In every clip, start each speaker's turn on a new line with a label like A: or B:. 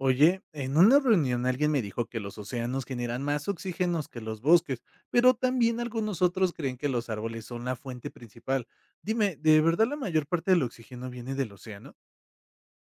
A: Oye, en una reunión alguien me dijo que los océanos generan más oxígenos que los bosques, pero también algunos otros creen que los árboles son la fuente principal. Dime, ¿de verdad la mayor parte del oxígeno viene del océano?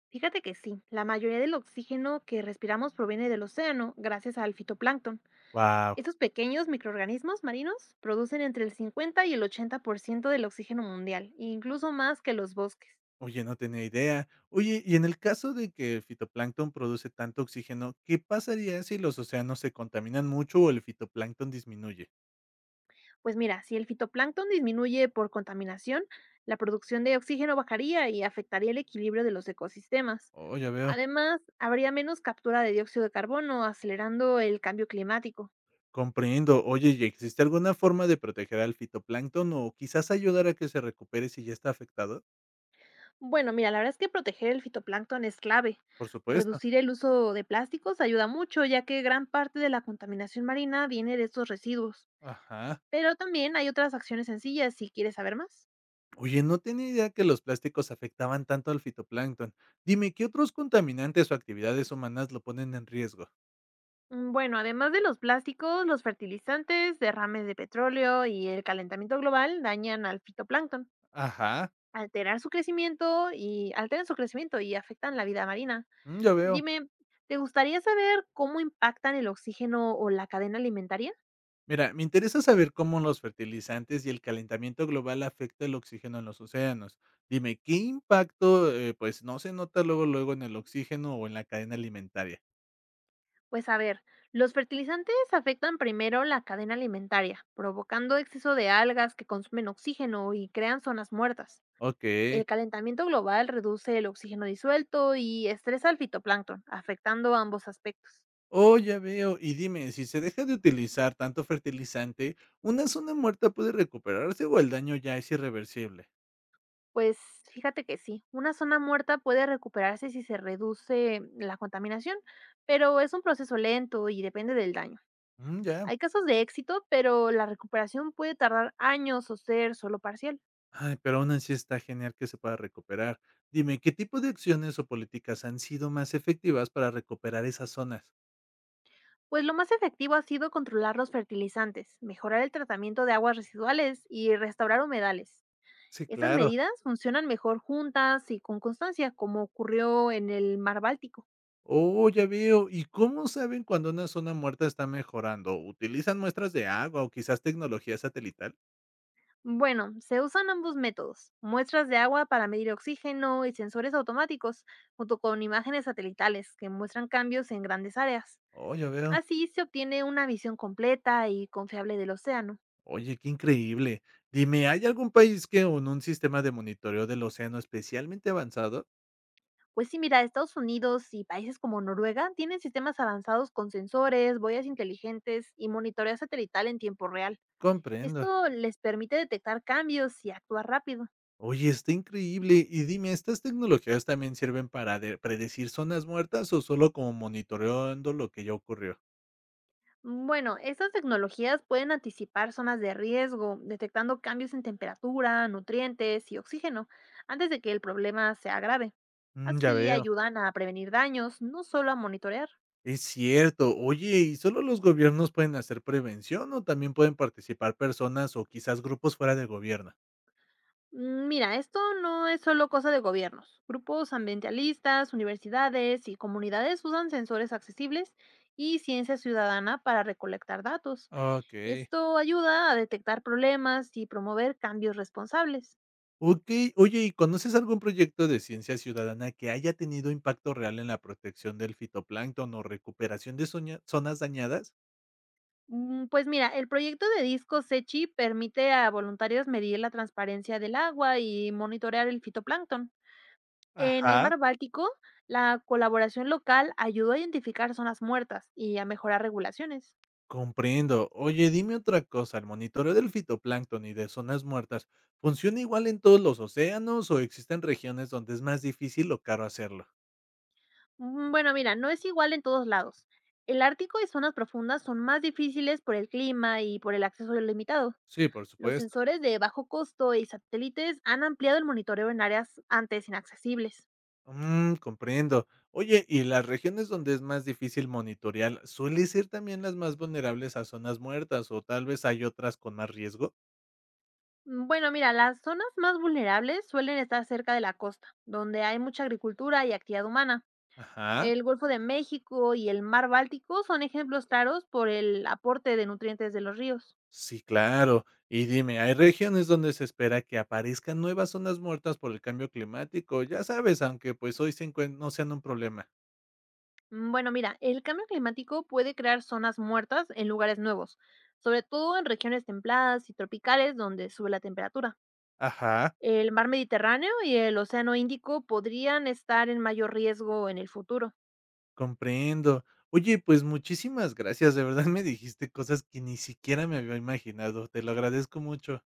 B: Fíjate que sí, la mayoría del oxígeno que respiramos proviene del océano gracias al fitoplancton.
A: Wow.
B: Estos pequeños microorganismos marinos producen entre el 50 y el 80% del oxígeno mundial, incluso más que los bosques.
A: Oye, no tenía idea. Oye, y en el caso de que el fitoplancton produce tanto oxígeno, ¿qué pasaría si los océanos se contaminan mucho o el fitoplancton disminuye?
B: Pues mira, si el fitoplancton disminuye por contaminación, la producción de oxígeno bajaría y afectaría el equilibrio de los ecosistemas.
A: Oh, ya veo.
B: Además, habría menos captura de dióxido de carbono, acelerando el cambio climático.
A: Comprendo. Oye, ¿y existe alguna forma de proteger al fitoplancton o quizás ayudar a que se recupere si ya está afectado?
B: Bueno, mira, la verdad es que proteger el fitoplancton es clave.
A: Por supuesto.
B: Reducir el uso de plásticos ayuda mucho, ya que gran parte de la contaminación marina viene de estos residuos.
A: Ajá.
B: Pero también hay otras acciones sencillas si quieres saber más.
A: Oye, no tenía idea que los plásticos afectaban tanto al fitoplancton. Dime, ¿qué otros contaminantes o actividades humanas lo ponen en riesgo?
B: Bueno, además de los plásticos, los fertilizantes, derrames de petróleo y el calentamiento global dañan al fitoplancton,
A: Ajá.
B: alterar su crecimiento y alteran su crecimiento y afectan la vida marina.
A: Mm, ya veo.
B: Dime, ¿te gustaría saber cómo impactan el oxígeno o la cadena alimentaria?
A: Mira, me interesa saber cómo los fertilizantes y el calentamiento global afecta el oxígeno en los océanos. Dime, ¿qué impacto pues no se nota luego luego en el oxígeno o en la cadena alimentaria?
B: Pues a ver, los fertilizantes afectan primero la cadena alimentaria, provocando exceso de algas que consumen oxígeno y crean zonas muertas.
A: Ok.
B: El calentamiento global reduce el oxígeno disuelto y estresa al fitoplancton, afectando ambos aspectos.
A: Oh, ya veo. Y dime, si se deja de utilizar tanto fertilizante, ¿una zona muerta puede recuperarse o el daño ya es irreversible?
B: Pues fíjate que sí, una zona muerta puede recuperarse si se reduce la contaminación, pero es un proceso lento y depende del daño.
A: Mm, ya.
B: Hay casos de éxito, pero la recuperación puede tardar años o ser solo parcial.
A: Ay, pero aún así está genial que se pueda recuperar. Dime, ¿qué tipo de acciones o políticas han sido más efectivas para recuperar esas zonas?
B: Pues lo más efectivo ha sido controlar los fertilizantes, mejorar el tratamiento de aguas residuales y restaurar humedales.
A: Sí,
B: Estas
A: claro.
B: medidas funcionan mejor juntas y con constancia, como ocurrió en el mar Báltico.
A: Oh, ya veo. ¿Y cómo saben cuando una zona muerta está mejorando? ¿Utilizan muestras de agua o quizás tecnología satelital?
B: Bueno, se usan ambos métodos, muestras de agua para medir oxígeno y sensores automáticos, junto con imágenes satelitales que muestran cambios en grandes áreas.
A: Oh, ya veo.
B: Así se obtiene una visión completa y confiable del océano.
A: Oye, qué increíble. Dime, ¿hay algún país que con un sistema de monitoreo del océano especialmente avanzado?
B: Pues sí, mira, Estados Unidos y países como Noruega tienen sistemas avanzados con sensores, boyas inteligentes y monitoreo satelital en tiempo real.
A: Comprendo.
B: Esto les permite detectar cambios y actuar rápido.
A: Oye, está increíble. Y dime, ¿estas tecnologías también sirven para predecir zonas muertas o solo como monitoreando lo que ya ocurrió?
B: Bueno, estas tecnologías pueden anticipar zonas de riesgo, detectando cambios en temperatura, nutrientes y oxígeno antes de que el problema sea grave.
A: Mm, ya
B: Así
A: veo.
B: ayudan a prevenir daños, no solo a monitorear.
A: Es cierto. Oye, ¿y solo los gobiernos pueden hacer prevención o también pueden participar personas o quizás grupos fuera del gobierno?
B: Mira, esto no es solo cosa de gobiernos. Grupos ambientalistas, universidades y comunidades usan sensores accesibles y ciencia ciudadana para recolectar datos.
A: Ok.
B: Esto ayuda a detectar problemas y promover cambios responsables.
A: Okey. Oye, ¿y conoces algún proyecto de ciencia ciudadana que haya tenido impacto real en la protección del fitoplancton o recuperación de zoña zonas dañadas?
B: Pues mira, el proyecto de Disco Sechi permite a voluntarios medir la transparencia del agua y monitorear el fitoplancton. En el
A: Ajá.
B: mar Báltico, la colaboración local ayudó a identificar zonas muertas y a mejorar regulaciones.
A: Comprendo. Oye, dime otra cosa, ¿el monitoreo del fitoplancton y de zonas muertas funciona igual en todos los océanos o existen regiones donde es más difícil o caro hacerlo?
B: Bueno, mira, no es igual en todos lados. El Ártico y zonas profundas son más difíciles por el clima y por el acceso limitado.
A: Sí, por
B: Los
A: supuesto.
B: sensores de bajo costo y satélites han ampliado el monitoreo en áreas antes inaccesibles.
A: Mm, comprendo. Oye, ¿y las regiones donde es más difícil monitorear suele ser también las más vulnerables a zonas muertas o tal vez hay otras con más riesgo?
B: Bueno, mira, las zonas más vulnerables suelen estar cerca de la costa, donde hay mucha agricultura y actividad humana.
A: Ajá,
B: El Golfo de México y el Mar Báltico son ejemplos claros por el aporte de nutrientes de los ríos.
A: sí, claro. Y dime, hay regiones donde se espera que aparezcan nuevas zonas muertas por el cambio climático, ya sabes, aunque pues hoy se no sean un problema.
B: Bueno, mira, el cambio climático puede crear zonas muertas en lugares nuevos, sobre todo en regiones templadas y tropicales donde sube la temperatura.
A: Ajá,
B: El mar Mediterráneo y el Océano Índico podrían estar en mayor riesgo en el futuro.
A: comprendo. Oye, pues muchísimas gracias, de verdad me dijiste cosas que ni siquiera me había imaginado, te lo agradezco mucho.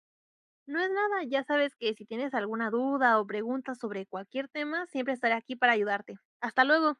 B: No es nada, ya sabes que si tienes alguna duda o pregunta sobre cualquier tema, siempre estaré aquí para ayudarte. Hasta luego.